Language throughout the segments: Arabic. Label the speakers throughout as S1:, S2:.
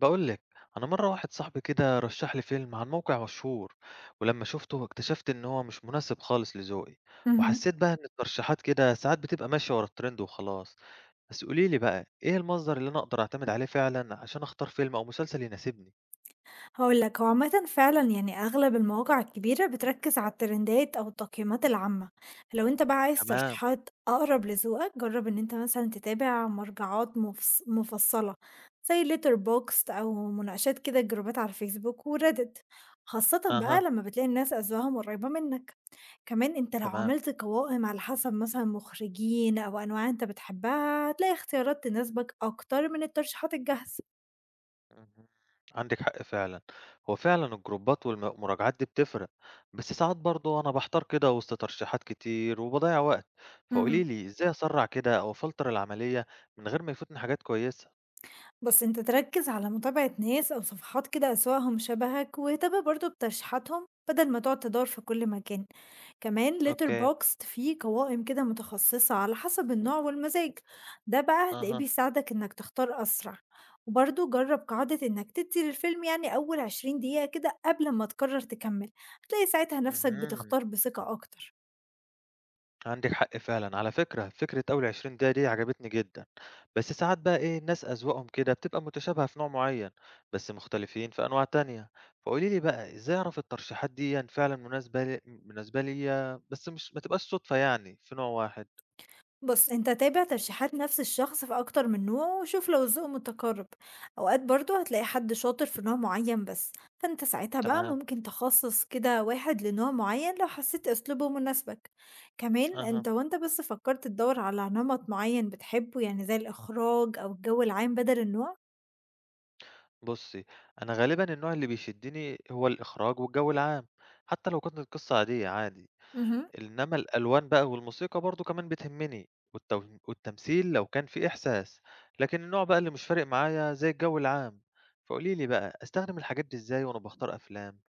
S1: بقول لك. انا مره واحد صاحبي كده رشح لي فيلم عن موقع مشهور. ولما شفته اكتشفت ان هو مش مناسب خالص لذوقي.
S2: اهم.
S1: وحسيت بقى ان الترشيحات كده ساعات بتبقى ماشيه ورا الترند وخلاص. بس قولي لي بقى ايه المصدر اللي انا اقدر اعتمد عليه فعلا عشان اختار فيلم او مسلسل يناسبني؟
S2: هاقول لك، هو عامةً فعلًا يعني أغلب المواقع الكبيرة بتركّز على الترندات أو التقييمات العامة. لو أنت بقى عايز
S1: تمام.
S2: ترشيحات أقرب لذوقك، جرّب إن أنت مثلًا تتابع مرجعات مفصّلة زي letterboxd أو مناقشات كده الجروبات على الفيسبوك وreddit، خاصةً بقى
S1: اها.
S2: لمّا بتلاقي الناس أذواقهم قريّبة منّك. كمان أنت لو
S1: تمام.
S2: عملت قوائم على حسب مثلًا مخرجين أو أنواع أنت بتحبها، هتلاقي اختيارات تناسبك أكتر من الترشيحات الجاهزة.
S1: اهم. عندِك حق فعلًا، هو فعلًا الجروبات والمراجعات دي بتفرق، بس ساعات برضه أنا باحتار كده وسط ترشيحات كتير وباضيّع وقت، فقولي
S2: اهم.
S1: لي إزاي أسرّع كده أو أفلتر العملية من غير ما يفوتني حاجات كويسة؟
S2: بس انت تركز على متابعة ناس او صفحات كده اسواقهم شبهك، واهتم برضو بترشيحاتهم بدل ما تقعد تدور في كل مكان. كمان ليتر
S1: أوكي.
S2: بوكست فيه قوائم كده متخصصة على حسب النوع والمزاج، ده بقى هتلاقيه
S1: أها.
S2: بيساعدك انك تختار اسرع. وبرضو جرب قاعدة انك تدي للفيلم يعني اول 20 دقيقة كده قبل ما تقرر تكمل، هتلاقي ساعتها نفسك
S1: اهم.
S2: بتختار بثقة اكتر.
S1: عندِك حق فعلًا، على فكرة أول 20 دقيقة دي عجبتني جدًا، بس ساعات بقى إيه الناس أذواقهم كده بتبقى متشابهة في نوع معين، بس مختلفين في أنواع تانية، فقولي لي بقى إزاي أعرف الترشيحات ديًّا فعلًا مناسبة ليّا بس مش ما تبقاش صدفة يعني في نوع واحد؟
S2: بُص، أنت تابع ترشيحات نفس الشخص في أكتر من نوع وشوف لو الذوق متقارب. أوقات برضه هتلاقي حد شاطر في نوع معين بس، فأنت ساعتها بقى
S1: تمام.
S2: ممكن تخصص كده واحد لنوع معين لو حسيت أسلوبه مناسبك. كمان
S1: أها.
S2: أنت وأنت بس فكرت تدور على نمط معين بتحبه يعني زي الإخراج أو الجو العام بدل النوع؟
S1: بُصّي، أنا غالبًا النوع اللي بيشدني هو الإخراج والجو العام، حتى لو كانت القصة عادية عادي.
S2: اهم.
S1: إنما الألوان بقى والموسيقى برضه كمان بتهمني والتمثيل لو كان فيه إحساس، لكن النوع بقى اللي مش فارق معايا زي الجو العام، فقولي لي بقى أستخدم الحاجات دي إزاي وأنا باختار أفلام؟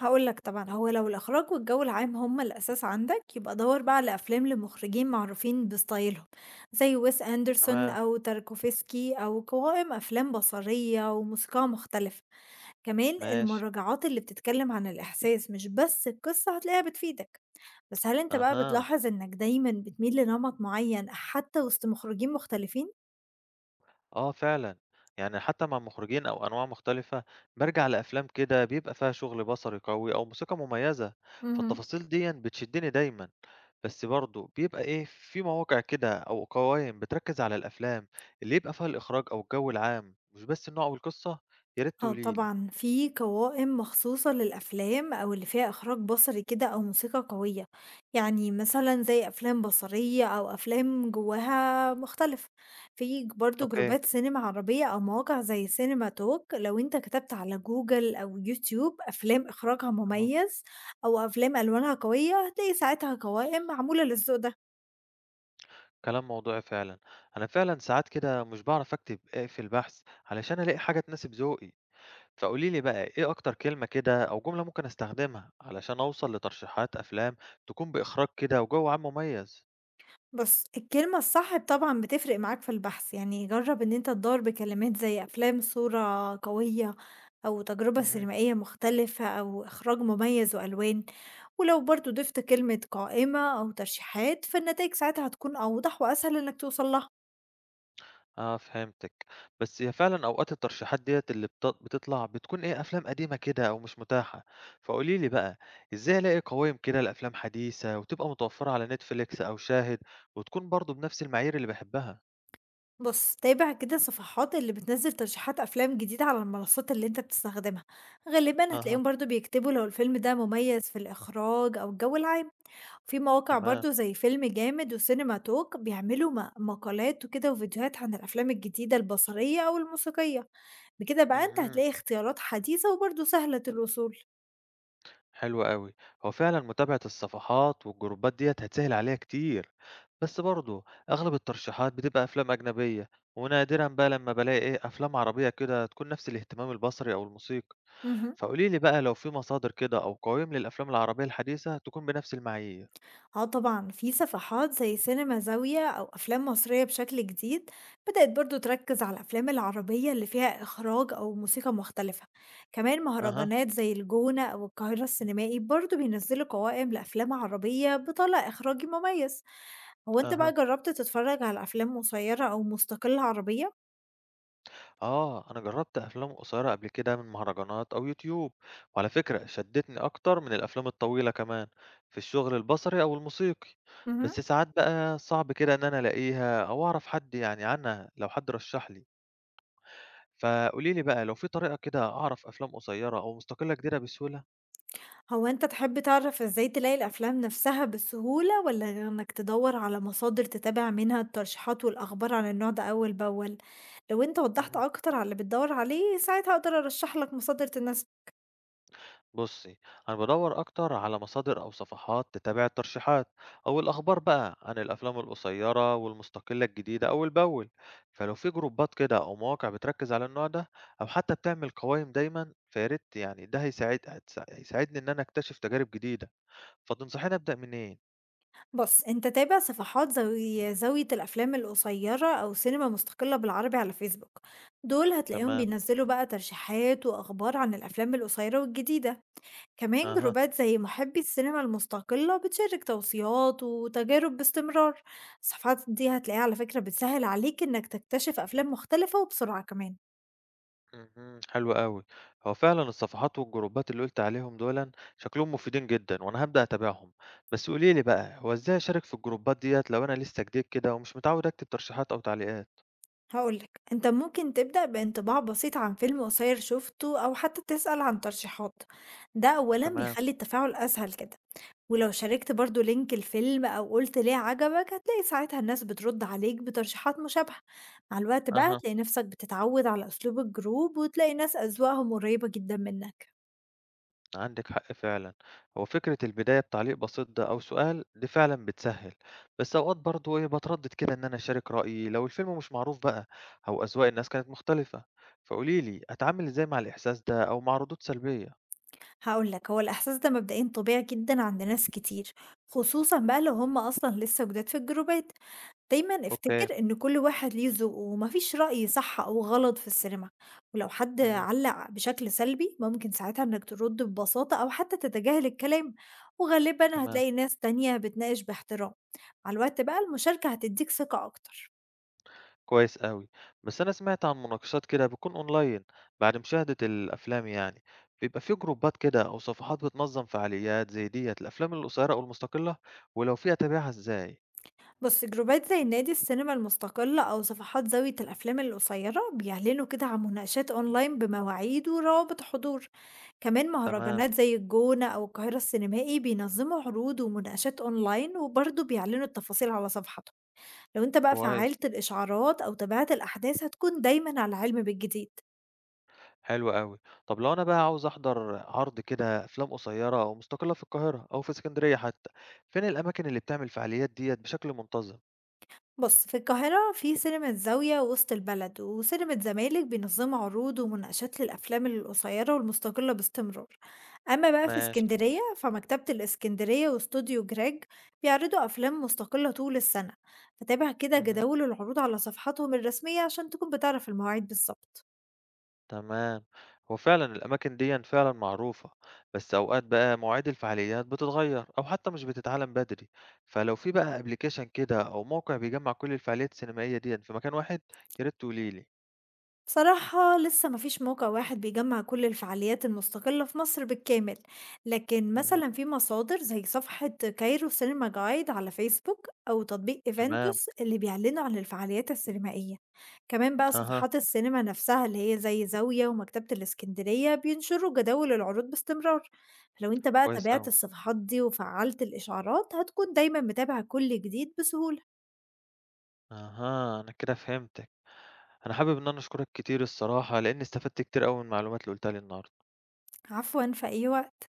S2: هاقول لك طبعًا، هو لو الإخراج والجو العام هُم الأساس عندك، يبقى دَوّر بقى على أفلام لمخرجين معروفين بستايلهم، زي Wes Anderson
S1: تمام.
S2: أو Tarkovsky، أو قوائم أفلام بصرية وموسيقى مختلفة. كمان
S1: ماشي.
S2: المراجعات اللي بتتكلم عن الإحساس مش بس القصة، هتلاقيها بتفيدك. بس هل أنت بقى
S1: أها.
S2: بتلاحظ إنك دايمًا بتميل لنمط معين حتى وسط مخرجين مختلفين؟
S1: آه فعلًا، يعني حتى مع مخرجين أو أنواع مختلفة بارجع لأفلام كده بيبقى فيها شغل بصري قوي أو موسيقى مميزة،
S2: اهم.
S1: فالتفاصيل ديًا بتشدني دايمًا. بس برضه بيبقى إيه، في مواقع كده أو قوائم بتركّز على الأفلام اللي يبقى فيها الإخراج أو الجو العام، مش بس النوع والقصة، يا ريت
S2: آه
S1: تقولي لي.
S2: طبعًا، في قوائم مخصوصة للأفلام أو اللي فيها إخراج بصري كده أو موسيقى قوية، يعني مثلًا زي أفلام بصرية أو أفلام جواها مختلف. في ج برضه
S1: أوكي.
S2: جروبات سينما عربية أو مواقع زي سينما توك، لو أنت كتبت على جوجل أو يوتيوب أفلام إخراجها
S1: أها.
S2: مميز أو أفلام ألوانها قوية، هتلاقي ساعتها قوائم معمولة للذوق ده.
S1: كلام موضوعي فعلًا، أنا فعلًا ساعات كده مش باعرف أكتب في البحث علشان ألاقي حاجة تناسب ذوقي، فقولي لي بقى إيه أكتر كلمة كده أو جملة ممكن أستخدمها علشان أوصل لترشيحات أفلام تكون بإخراج كده وجو عام مميز؟
S2: بُص، الكلمة الصح طبعًا بتفرق معاك في البحث، يعني جرّب إن أنت تدوّر بكلمات زي أفلام صورة قوية، أو تجربة
S1: اهم.
S2: سينمائية مختلفة، أو إخراج مميز وألوان. ولو برضه ضِفت كلمة قائمة أو ترشيحات، فالنتايج ساعتها هتكون أوضح وأسهل إنك توصل لها.
S1: آه فهمتِك، بس هي فعلًا أوقات الترشيحات ديّة اللي بتطلع بتكون إيه، أفلام قديمة كده أو مش متاحة، فقولي لي بقى إزاي ألاقي قوايم كده لأفلام حديثة وتبقى متوفرة على Netflix أو شاهد وتكون برضه بنفس المعايير اللي باحبها؟
S2: بُص، تابع كده الصفحات اللي بتنزّل ترشيحات أفلام جديدة على المنصات اللي أنت بتستخدمها، غالبًا
S1: أها.
S2: هتلاقيهم برضه بيكتبوا لو الفيلم ده مميز في الإخراج أو الجو العام. في مواقع
S1: تمام.
S2: برضه زي فيلم جامد وسينما توك بيعملوا مقالات وكده وفيديوهات عن الأفلام الجديدة البصرية أو الموسيقية. بكده بقى أنت
S1: اهم.
S2: هتلاقي اختيارات حديثة وبرضه سهلة الوصول.
S1: حلو أوي، هو فعلًا متابعة الصفحات والجروبات ديّة هتسهل عليّا كتير، بس برضه أغلب الترشيحات بتبقى أفلام أجنبية ونادرًا بقى لمّا بالاقي إيه، أفلام عربية كده تكون نفس الاهتمام البصري أو الموسيقي.
S2: مهم.
S1: فقولي لي بقى لو في مصادر كده أو قوائم للأفلام العربية الحديثة تكون بنفس المعايير.
S2: اه طبعا في صفحات زي سينما زاوية أو أفلام مصرية بشكل جديد بدأت برضو تركز على الأفلام العربية اللي فيها إخراج أو موسيقى مختلفة. كمان
S1: أها.
S2: مهرجانات زي الجونة أو القاهرة السينمائي برضو بينزلوا قوائم لأفلام عربية بطلع إخراجي مميز. هو أنت بقى
S1: أها.
S2: جرّبت تتفرّج على أفلام قصيّرة أو مستقلة عربية؟
S1: آه أنا جربت أفلام قصيرة قبل كده من مهرجانات أو يوتيوب، وعلى فكرة شدتني أكتر من الأفلام الطويلة كمان في الشغل البصري أو الموسيقي.
S2: اهم.
S1: بس ساعات بقى صعب كده إن أنا ألاقيها أو أعرف حد يعني عنها لو حد رشح لي، فقولي لي بقى لو في طريقة كده أعرف أفلام قصيرة أو مستقلة جديدة بسهولة.
S2: هو أنت تحب تعرف إزاي تلاقي الأفلام نفسها بسهولة والّا إنّك تدوّر على مصادر تتابع منها الترشيحات والأخبار عن النوع ده أول بأول؟ لو أنت وضّحت أكتر على اللي بتدوّر عليه، ساعتها أقدر أرشّح لك مصادر تناسبك.
S1: بصي، أنا بدور أكتر على مصادر أو صفحات تتابع الترشيحات أو الأخبار بقى عن الأفلام القصيرة والمستقلة الجديدة أول بأول، فلو في جروبات كده أو مواقع بتركز على النوع ده أو حتى بتعمل قوائم دايما فياريت، يعني ده هيساعدني إن أنا أكتشف تجارب جديدة. فتنصحيني أبدأ منين؟
S2: بُص، أنت تابع صفحات زي زاوية الأفلام القصيّرة أو سينما مستقلة بالعربي على فيسبوك، دول هتلاقيهم
S1: تمام.
S2: بينزّلوا بقى ترشيحات وأخبار عن الأفلام القصيّرة والجديدة. كمان
S1: أها.
S2: جروبات زي محبي السينما المستقلة بتشارك توصيات وتجارب باستمرار. الصفحات دي هتلاقيها على فكرة بتسهل عليك انك تكتشف أفلام مختلفة وبسرعة كمان.
S1: اهم. حلو أوي. هو فعلًا الصفحات والجروبات اللي قُلت عليهم دُولًا شكلهم مفيدين جدًا، وأنا هابدأ أتابعهم. بس قولي لي بقى، هو إزاي أشارك في الجروبات ديّة لو أنا لسه جديد كده ومش متعود أكتب ترشيحات أو تعليقات؟
S2: هقولك انت ممكن تبدأ بانطباع بسيط عن فيلم قصير شفته أو حتى تسأل عن ترشيحات، ده أولا
S1: تمام.
S2: بيخلي التفاعل أسهل كده. ولو شاركت برضو لينك الفيلم أو قلت ليه عجبك، هتلاقي ساعتها الناس بترد عليك بترشيحات مشابهة. مع الوقت بقى
S1: أها.
S2: هتلاقي نفسك بتتعود على أسلوب الجروب وتلاقي ناس أذواقهم قريبة جدا منك.
S1: عندِك حق فعلًا. هو فكرة البداية بتعليق بسيط ده أو سؤال دي فعلًا بتسهِّل، بس أوقات برضه إيه، باتردد كده إن أنا أشارك رأيي لو الفيلم مش معروف بقى أو أذواق الناس كانت مختلفة. فقولي لي أتعامل إزاي مع الإحساس ده أو مع ردود سلبية؟
S2: هقولك هو الإحساس ده مبدئيا طبيعي جدا عند ناس كتير، خصوصا بقى لو هم أصلا لسه جداد في الجروبات. دايمًا
S1: أوكي.
S2: افتكر إن كل واحد ليه ذوق وما فيش رأي صح أو غلط في السينما. ولو حد
S1: اهم.
S2: علّق بشكل سلبي، ممكن ساعتها إنك ترد ببساطة أو حتى تتجاهل الكلام، وغالبًا
S1: تمام.
S2: هتلاقي ناس تانية بتناقش باحترام. مع الوقت بقى المشاركة هتديك ثقة أكتر.
S1: كويس أوي، بس أنا سمعت عن مناقشات كده بتكون أونلاين بعد مشاهدة الأفلام يعني، بيبقى في جروبات كده أو صفحات بتنظم فعاليات زي ديّة للأفلام القصيرة أو المستقلة، ولو في أتابعها إزاي؟
S2: بص، جروبات زي نادي السينما المستقلة أو صفحات زاوية الأفلام القصيرة بيعلنوا كده عن مناقشات أونلاين بمواعيد وروابط حضور. كمان
S1: تمام.
S2: مهرجانات زي الجونة أو القاهرة السينمائي بينظموا عروض ومناقشات أونلاين وبرضه بيعلنوا التفاصيل على صفحتهم. لو أنت بقى
S1: كويس.
S2: فعلت الإشعارات أو تابعت الأحداث، هتكون دايما على علم بالجديد.
S1: حلو أوي. طب لو أنا بقى عاوز أحضر عرض كده أفلام قصيرة أو مستقلة في القاهرة أو في إسكندرية حتى، فين الأماكن اللي بتعمل الفعاليات ديّة بشكل منتظم؟
S2: بص، في القاهرة في سينما الزاوية وسط البلد وسينما زمالك بينظموا عروض ومناقشات للأفلام القصيرة والمستقلة باستمرار. أما بقى في
S1: ماشي.
S2: اسكندرية فمكتبة الاسكندرية واستوديو جريج بيعرضوا أفلام مستقلة طول السنة. فتابع كده
S1: اهم.
S2: جداول العروض على صفحاتهم الرسمية عشان تكون بتعرف المواعيد بالظبط.
S1: تمام. هو فعلا الأماكن دي فعلا معروفة، بس أوقات بقى مواعيد الفعاليات بتتغير أو حتى مش بتتعلن بدري، فلو في بقى ابلكيشن كده أو موقع بيجمع كل الفعاليات السينمائية دي في مكان واحد يا ريت تقوليلي.
S2: بصراحة لسه مفيش موقع واحد بيجمع كل الفعاليات المستقلة في مصر بالكامل، لكن
S1: مهم.
S2: مثلا في مصادر زي صفحة كايرو سينما جايد على فيسبوك أو تطبيق
S1: تمام.
S2: إيفنتوس اللي بيعلنوا عن الفعاليات السينمائية. كمان بقى
S1: أها.
S2: صفحات السينما نفسها اللي هي زي زاوية ومكتبة الإسكندرية بينشروا جداول العروض باستمرار. لو انت بقى
S1: كويس أوي.
S2: تابعت الصفحات دي وفعلت الإشعارات، هتكون دايما متابع كل جديد بسهولة.
S1: أها أنا كده فهمتك. أنا حابب إن أنا أشكرك كتير الصراحة لأني استفدت كتير أوي من المعلومات اللي قلتها لي النهاردة.
S2: عفوا، في أي وقت.